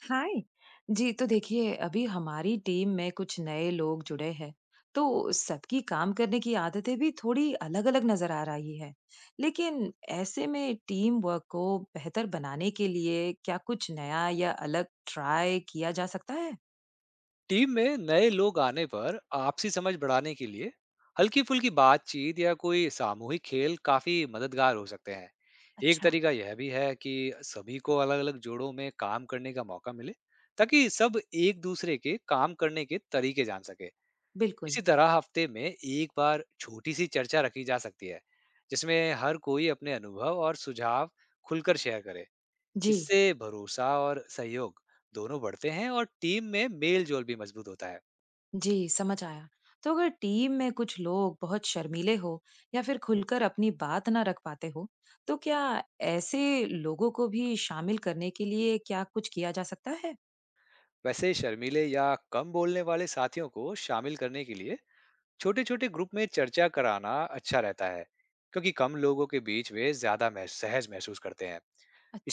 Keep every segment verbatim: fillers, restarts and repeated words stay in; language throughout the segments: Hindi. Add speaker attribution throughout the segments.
Speaker 1: हाय। जी, तो देखिए अभी हमारी टीम में कुछ नए लोग जुड़े हैं, तो सबकी काम करने की आदतें भी थोड़ी अलग-अलग नजर आ रही है, लेकिन ऐसे में टीम वर्क को बेहतर बनाने के लिए क्या कुछ नया या अलग ट्राई किया जा सकता है?
Speaker 2: टीम में नए लोग आने पर आपसी समझ बढ़ाने के लिए हल्की फुल्की बातचीत या कोई सामूहिक खेल काफी मददगार हो सकते हैं। एक
Speaker 1: अच्छा।
Speaker 2: तरीका यह भी है कि सभी को अलग अलग जोड़ों में काम करने का मौका मिले, ताकि सब एक दूसरे के काम करने के तरीके जान सके।
Speaker 1: बिल्कुल।
Speaker 2: इसी तरह हफ्ते में एक बार छोटी सी चर्चा रखी जा सकती है, जिसमें हर कोई अपने अनुभव और सुझाव खुलकर शेयर करे।
Speaker 1: जी।
Speaker 2: इससे भरोसा और सहयोग दोनों बढ़ते हैं और टीम में मेल जोल भी मजबूत होता है।
Speaker 1: जी, समझ आया। तो अगर टीम में कुछ लोग बहुत शर्मीले हो या फिर खुलकर अपनी बात ना रख पाते हो, तो क्या ऐसे लोगों को भी शामिल करने के लिए क्या कुछ किया जा सकता है?
Speaker 2: वैसे शर्मीले या कम बोलने वाले साथियों को शामिल करने के लिए छोटे छोटे ग्रुप में चर्चा कराना अच्छा रहता है, क्योंकि कम लोगों के बीच वे ज्यादा मह- सहज महसूस करते हैं।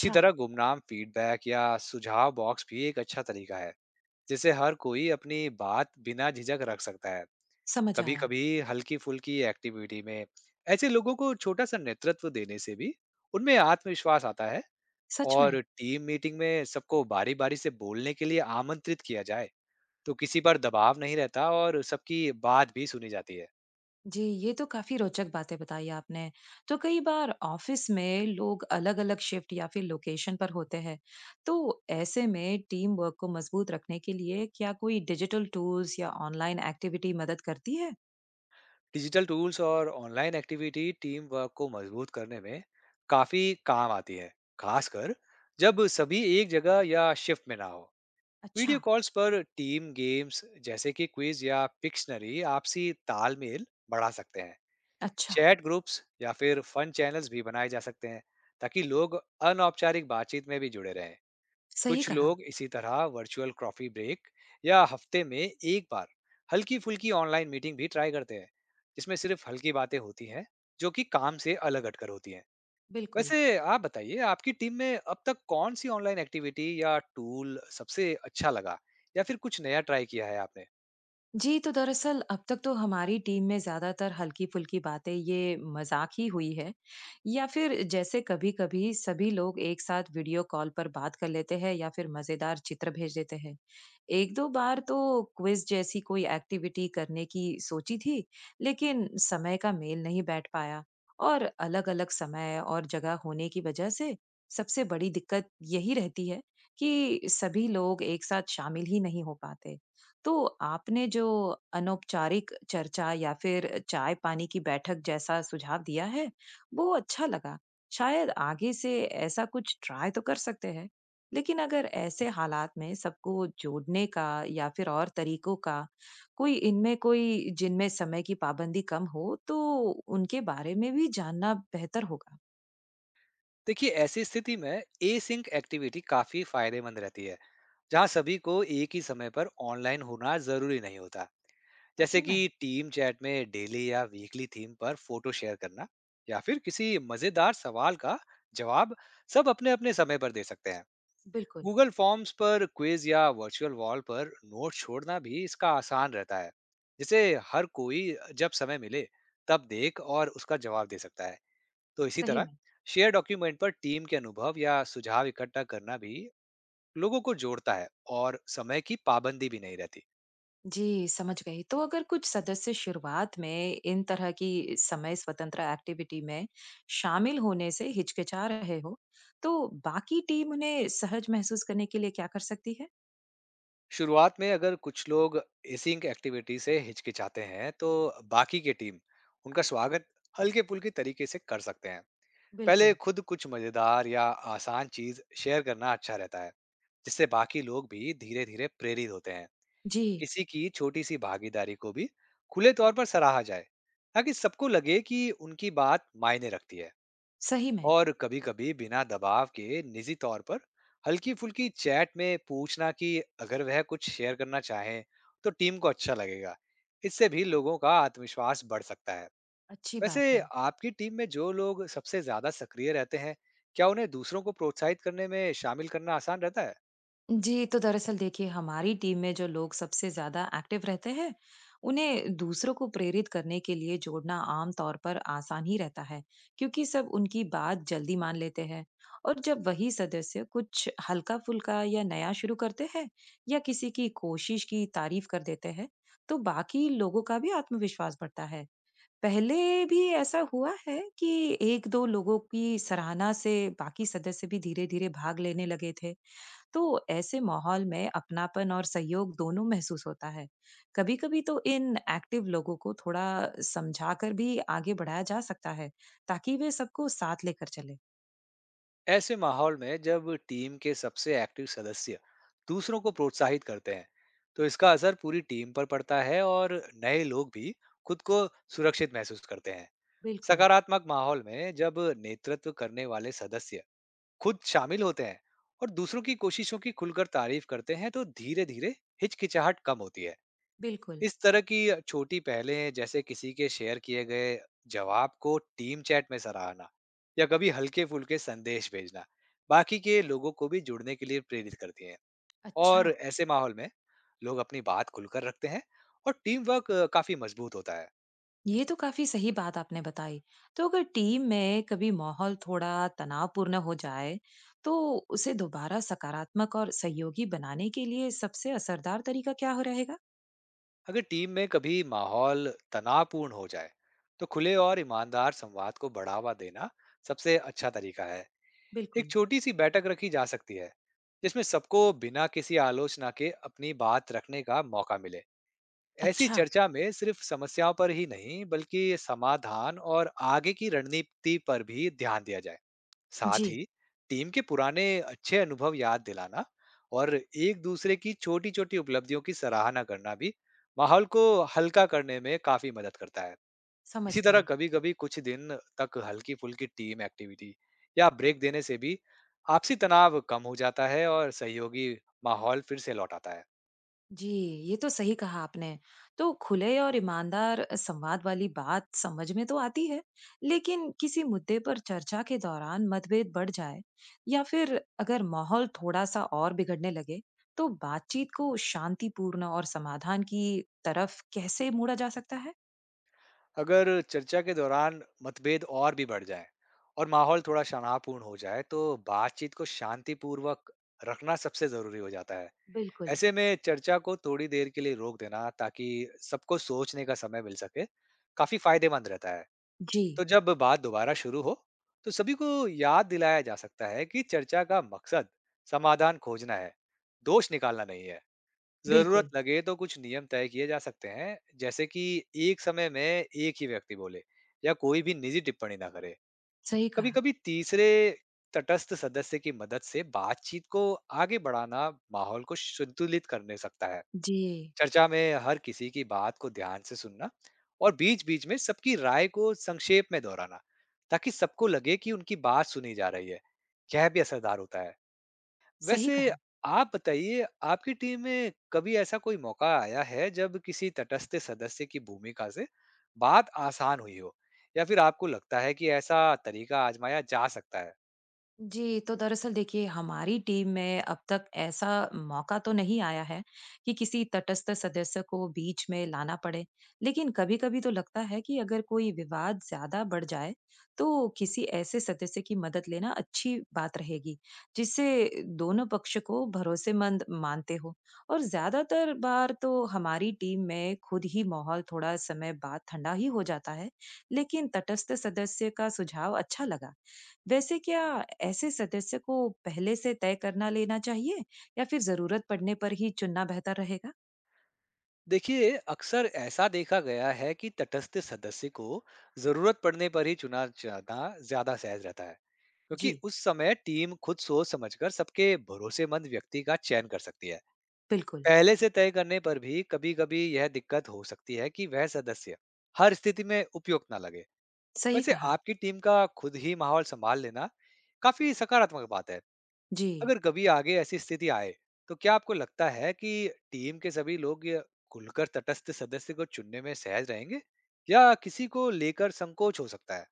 Speaker 2: इसी तरह गुमनाम फीडबैक या सुझाव बॉक्स भी एक अच्छा तरीका है, जिससे हर कोई अपनी बात बिना झिझक रख सकता है।
Speaker 1: समझ
Speaker 2: कभी
Speaker 1: आया।
Speaker 2: कभी हल्की फुल्की एक्टिविटी में ऐसे लोगों को छोटा सा नेतृत्व देने से भी उनमें आत्मविश्वास आता है।
Speaker 1: सच में।
Speaker 2: और टीम मीटिंग में सबको बारी बारी से बोलने के लिए आमंत्रित किया जाए, तो किसी पर दबाव नहीं रहता और सबकी बात भी सुनी जाती है।
Speaker 1: जी, ये तो काफी रोचक बातें बताई आपने। तो कई बार ऑफिस में लोग अलग-अलग शिफ्ट या फिर लोकेशन पर होते हैं, तो ऐसे में टीम वर्क को मजबूत रखने के लिए क्या कोई डिजिटल टूल्स या ऑनलाइन एक्टिविटी मदद करती है?
Speaker 2: डिजिटल टूल्स और ऑनलाइन एक्टिविटी टीम वर्क को मजबूत करने में काफी काम आती है, खासकर जब सभी एक जगह या शिफ्ट में ना हो।
Speaker 1: अच्छा।
Speaker 2: वीडियो कॉल्स पर टीम गेम्स, जैसे कि क्विज या पिक्शनरी, आपसी तालमेल बढ़ा सकते हैं।
Speaker 1: अच्छा।
Speaker 2: चैट ग्रुप्स या फिर फन चैनल्स भी बनाए जा सकते हैं, ताकि लोग अनौपचारिक बातचीत में भी जुड़े रहें।
Speaker 1: सही
Speaker 2: कुछ
Speaker 1: कहा।
Speaker 2: लोग इसी तरह वर्चुअल कॉफी ब्रेक या हफ्ते में एक बार हल्की फुल्की ऑनलाइन मीटिंग भी ट्राई करते हैं, जिसमें सिर्फ हल्की बातें होती हैं, जो कि काम से अलग हटकर होती हैं।
Speaker 1: बिल्कुल।
Speaker 2: वैसे आप बताइए, आपकी टीम में अब तक कौन सी ऑनलाइन एक्टिविटी या टूल सबसे अच्छा लगा, या फिर कुछ नया ट्राई किया है आपने?
Speaker 1: जी, तो दरअसल अब तक तो हमारी टीम में ज़्यादातर हल्की-फुल्की बातें ये मज़ाक ही हुई है, या फिर जैसे कभी-कभी सभी लोग एक साथ वीडियो कॉल पर बात कर लेते हैं या फिर मज़ेदार चित्र भेज देते हैं। एक दो बार तो क्विज़ जैसी कोई एक्टिविटी करने की सोची थी, लेकिन समय का मेल नहीं बैठ पाया, और अलग-अलग समय और जगह होने की वज़ह से सबसे बड़ी दिक्कत यही रहती है कि सभी लोग एक साथ शामिल ही नहीं हो पाते। तो आपने जो अनौपचारिक चर्चा या फिर चाय पानी की बैठक जैसा सुझाव दिया है, वो अच्छा लगा। शायद आगे से ऐसा कुछ ट्राई तो कर सकते हैं, लेकिन अगर ऐसे हालात में सबको जोड़ने का या फिर और तरीकों का कोई इनमें कोई जिनमें समय की पाबंदी कम हो, तो उनके बारे में भी जानना बेहतर होगा।
Speaker 2: देखिए ऐसी स्थिति में ए सिंक एक्टिविटी काफी फायदेमंद रहती है, जहाँ सभी को एक ही समय पर ऑनलाइन होना जरूरी नहीं होता।
Speaker 1: सच
Speaker 2: जैसे कि
Speaker 1: में।
Speaker 2: टीम चैट में डेली या वीकली थीम पर फोटो शेयर करना, या फिर किसी मजेदार सवाल का जवाब सब अपने अपने समय पर दे सकते हैं।
Speaker 1: बिल्कुल।
Speaker 2: गूगल फॉर्म्स पर क्विज या वर्चुअल वॉल पर नोट छोड़ना भी इसका आसान रहता है, जिसे हर कोई जब समय मिले तब देख और उसका जवाब दे सकता है। तो इसी
Speaker 1: सही
Speaker 2: तरह
Speaker 1: में।
Speaker 2: शेयर डॉक्यूमेंट पर टीम के अनुभव या सुझाव इकट्ठा करना भी लोगों को जोड़ता है और समय की पाबंदी भी नहीं रहती।
Speaker 1: जी, समझ गई। तो अगर कुछ सदस्य शुरुआत में इन तरह की समय स्वतंत्र एक्टिविटी में शामिल होने से हिचकिचा रहे हो, तो बाकी टीम उन्हें सहज महसूस करने के लिए क्या कर सकती है?
Speaker 2: शुरुआत में अगर कुछ लोग एसिंक एक्टिविटी से हिचकिचाते हैं, तो बाकी के टीम उनका स्वागत हल्के फुल्के तरीके से कर सकते हैं। पहले
Speaker 1: बिल्कुल।
Speaker 2: खुद कुछ मजेदार या आसान चीज शेयर करना अच्छा रहता है, जिससे बाकी लोग भी धीरे धीरे प्रेरित होते हैं।
Speaker 1: जी।
Speaker 2: किसी की छोटी सी भागीदारी को भी खुले तौर पर सराहा जाए, ताकि सबको लगे कि उनकी बात मायने रखती है।
Speaker 1: सही में।
Speaker 2: और कभी-कभी बिना दबाव के निजी तौर पर हल्की-फुल्की चैट में पूछना कि अगर वह कुछ शेयर करना चाहें, तो टीम को अच्छा लगेगा। इससे भी लोगों का आत्मविश्वास बढ़ सकता है।
Speaker 1: अच्छी बात
Speaker 2: वैसे
Speaker 1: है।
Speaker 2: आपकी टीम में जो लोग सबसे ज़्यादा सक्रिय रहते हैं, क्या उन्हें दूसरों को प्रोत्साहित करने में शामिल करना आसान रहता है?
Speaker 1: जी, तो दरअसल देखिए हमारी टीम में जो लोग सबसे ज्यादा एक्टिव रहते हैं, उन्हें दूसरों को प्रेरित करने के लिए जोड़ना आम तौर पर आसान ही रहता है, क्योंकि सब उनकी बात जल्दी मान लेते हैं। और जब वही सदस्य कुछ हल्का फुल्का या नया शुरू करते हैं या किसी की कोशिश की तारीफ कर देते हैं, तो बाकी लोगों का भी आत्मविश्वास बढ़ता है। पहले भी ऐसा हुआ है कि एक दो लोगों की सराहना से बाकी सदस्य भी धीरे धीरे भाग लेने लगे थे। तो ऐसे माहौल में अपनापन और सहयोग दोनों महसूस होता है। कभी कभी तो इन एक्टिव लोगों को थोड़ा समझाकर भी आगे बढ़ाया जा सकता है, ताकि वे सबको साथ लेकर चले।
Speaker 2: ऐसे माहौल में जब टीम के सबसे एक्टिव सदस्य दूसरों को प्रोत्साहित करते हैं, तो इसका असर पूरी टीम पर पड़ता है और नए लोग भी खुद को सुरक्षित महसूस करते हैं।
Speaker 1: बिल्कुल।
Speaker 2: सकारात्मक माहौल में जब नेतृत्व करने वाले सदस्य खुद शामिल होते हैं और दूसरों की कोशिशों की खुलकर तारीफ करते हैं, तो धीरे धीरे हिचकिचाहट कम होती है।
Speaker 1: बिल्कुल।
Speaker 2: इस तरह की छोटी पहलें, जैसे किसी के शेयर किए गए जवाब को टीम चैट में सराहना या कभी हल्के फुल्के संदेश भेजना, बाकी के लोगों को भी जुड़ने के लिए प्रेरित करती हैं।
Speaker 1: अच्छा,
Speaker 2: और ऐसे माहौल में लोग अपनी बात खुलकर रखते हैं और टीम वर्क अ, काफी मजबूत होता है।
Speaker 1: ये तो काफी सही बात आपने बताई। तो अगर टीम में कभी माहौल थोड़ा तनावपूर्ण हो जाए, तो उसे दोबारा सकारात्मक और सहयोगी बनाने के लिए सबसे असरदार तरीका क्या हो रहेगा?
Speaker 2: अगर टीम में कभी माहौल तनावपूर्ण हो जाए, तो खुले और ईमानदार संवाद को बढ़ावा देना सबसे अच्छा तरीका है। एक
Speaker 1: बिल्कुल।
Speaker 2: छोटी सी बैठक रखी जा सकती है, जिसमें सबको बिना किसी आलोचना के अपनी बात रखने का मौका मिले। ऐसी
Speaker 1: अच्छा।
Speaker 2: चर्चा में सिर्फ समस्याओं पर ही नहीं, बल्कि समाधान और आगे की रणनीति पर भी ध्यान दिया जाए। साथ
Speaker 1: जी,
Speaker 2: ही टीम के पुराने अच्छे अनुभव याद दिलाना और एक दूसरे की छोटी छोटी उपलब्धियों की सराहना करना भी माहौल को हल्का करने में काफी मदद करता है।
Speaker 1: समझ
Speaker 2: इसी तरह
Speaker 1: गई।
Speaker 2: कभी-कभी कुछ दिन तक हल्की-फुल्की टीम एक्टिविटी या ब्रेक देने से भी आपसी तनाव कम हो जाता है और सहयोगी माहौल फिर से लौट आता है।
Speaker 1: जी, ये तो सही कहा आपने। तो खुले और ईमानदार संवाद वाली बात समझ में तो आती है, लेकिन किसी मुद्दे पर चर्चा के दौरान मतभेद बढ़ जाए या फिर अगर माहौल थोड़ा-सा और बिगड़ने लगे, तो बातचीत को शांतिपूर्ण और समाधान की तरफ कैसे मोड़ा जा सकता है?
Speaker 2: अगर चर्चा के दौरान मतभेद और भी बढ़ जाए और माहौल थोड़ा तनावपूर्ण हो जाए, तो बातचीत को शांतिपूर्वक रखना सबसे ज़रूरी हो जाता है।
Speaker 1: बिल्कुल।
Speaker 2: ऐसे में चर्चा को थोड़ी देर के लिए रोक देना, ताकि सबको सोचने का समय मिल सके, काफ़ी फ़ायदेमंद रहता है।
Speaker 1: जी,
Speaker 2: तो जब बात दोबारा शुरू हो, तो सभी को याद दिलाया जा सकता है कि चर्चा का मकसद समाधान खोजना है, दोष निकालना नहीं है। जरूरत
Speaker 1: बिल्कुल,
Speaker 2: लगे तो कुछ नियम तय किए जा सकते हैं, जैसे कि एक समय में एक ही व्यक्ति बोले या कोई भी निजी टिप्पणी ना करे।
Speaker 1: सही
Speaker 2: कभी
Speaker 1: कहा।
Speaker 2: कभी तीसरे तटस्थ सदस्य की मदद से बातचीत को आगे बढ़ाना माहौल को संतुलित करने सकता है।
Speaker 1: जी,
Speaker 2: चर्चा में हर किसी की बात को ध्यान से सुनना और बीच-बीच में सबकी राय को संक्षेप में दोहराना, ताकि सबको लगे कि उनकी बात सुनी जा रही है, यह भी असरदार होता है।
Speaker 1: सही
Speaker 2: वैसे
Speaker 1: कहा।
Speaker 2: आप बताइए, आपकी टीम में कभी ऐसा कोई मौका आया है जब किसी तटस्थ सदस्य की भूमिका से बात आसान हुई हो, या फिर आपको लगता है कि ऐसा तरीका आजमाया जा सकता है?
Speaker 1: जी, तो दरअसल देखिए हमारी टीम में अब तक ऐसा मौका तो नहीं आया है कि किसी तटस्थ सदस्य को बीच में लाना पड़े, लेकिन कभी-कभी तो लगता है कि अगर कोई विवाद ज्यादा बढ़ जाए, तो किसी ऐसे सदस्य की मदद लेना अच्छी बात रहेगी, जिससे दोनों पक्ष को भरोसेमंद मानते हो। और ज्यादातर बार तो हमारी टीम में खुद ही माहौल थोड़ा समय बाद ठंडा ही हो जाता है, लेकिन तटस्थ सदस्य का सुझाव अच्छा लगा। वैसे क्या ऐसे सदस्य को पहले से तय करना लेना चाहिए या फिर जरूरत पड़ने पर ही चुनना बेहतर रहेगा?
Speaker 2: देखिए, अक्सर ऐसा देखा गया है कि तटस्थ सदस्य को ज़रूरत पड़ने पर ही चुना जाना ज़्यादा सहज रहता है। क्योंकि
Speaker 1: जी।
Speaker 2: उस समय टीम खुद सोच समझकर सबके भरोसेमंद व्यक्ति का चयन कर सकती है।
Speaker 1: बिल्कुल।
Speaker 2: पहले से तय करने पर भी कभी कभी यह दिक्कत हो सकती है कि वह सदस्य हर स्थिति में उपयुक्त ना लगे।
Speaker 1: सही
Speaker 2: वैसे
Speaker 1: कहा।
Speaker 2: आपकी टीम का खुद ही माहौल संभाल लेना काफी सकारात्मक बात है।
Speaker 1: जी,
Speaker 2: अगर कभी आगे ऐसी स्थिति आए, तो क्या आपको लगता है कि टीम के सभी लोग यह खुलकर तटस्थ सदस्य को चुनने में सहज रहेंगे, या किसी को लेकर संकोच हो सकता है?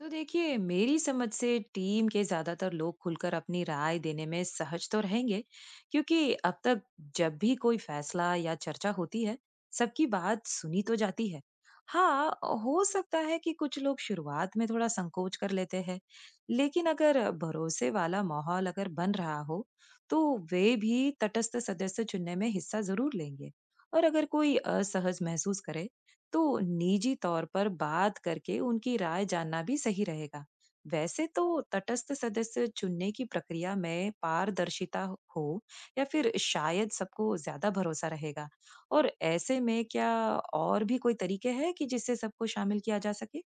Speaker 1: तो देखिए मेरी समझ से टीम के ज्यादातर लोग खुलकर अपनी राय देने में सहज तो रहेंगे, क्योंकि अब तक जब भी कोई फैसला या चर्चा होती है, सबकी बात सुनी तो जाती है। हाँ, हो सकता है कि कुछ लोग शुरुआत में थोड़ा संकोच कर लेते हैं, लेकिन अगर भरोसे वाला माहौल अगर बन रहा हो, तो वे भी तटस्थ सदस्य चुनने में हिस्सा जरूर लेंगे। और अगर कोई असहज महसूस करे, तो निजी तौर पर बात करके उनकी राय जानना भी सही रहेगा। वैसे तो तटस्थ सदस्य चुनने की प्रक्रिया में पारदर्शिता हो, या फिर शायद सबको ज्यादा भरोसा रहेगा। और ऐसे में क्या और भी कोई तरीके हैं कि जिससे सबको शामिल किया जा सके?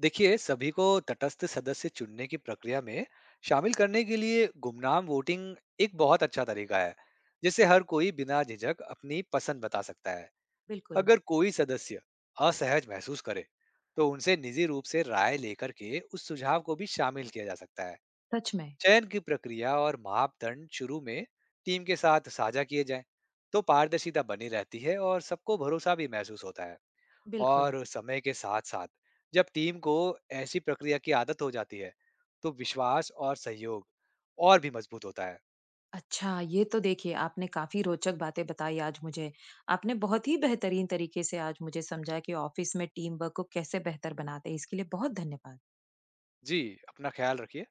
Speaker 2: देखिए सभी को तटस्थ सदस्य चुनने की प्रक्रिया में शामिल करने के लिए गुमनाम वोटिंग एक बहुत अच्छा तरीका है, जिससे हर कोई बिना झिझक अपनी पसंद बता सकता है।
Speaker 1: बिल्कुल।
Speaker 2: अगर कोई सदस्य असहज महसूस करे, तो उनसे निजी रूप से राय लेकर के उस सुझाव को भी शामिल किया जा सकता है।
Speaker 1: सच में।
Speaker 2: चयन की प्रक्रिया और मापदंड शुरू में टीम के साथ साझा किए जाएं, तो पारदर्शिता बनी रहती है और सबको भरोसा भी महसूस होता है।
Speaker 1: बिल्कुल।
Speaker 2: और समय के साथ साथ जब टीम को ऐसी प्रक्रिया की आदत हो जाती है, तो विश्वास और सहयोग और भी मजबूत होता है।
Speaker 1: अच्छा, ये तो देखिए आपने काफी रोचक बातें बताई आज मुझे। आपने बहुत ही बेहतरीन तरीके से आज मुझे समझाया कि ऑफिस में टीम वर्क को कैसे बेहतर बनाते हैं, इसके लिए बहुत धन्यवाद।
Speaker 2: जी, अपना ख्याल रखिए।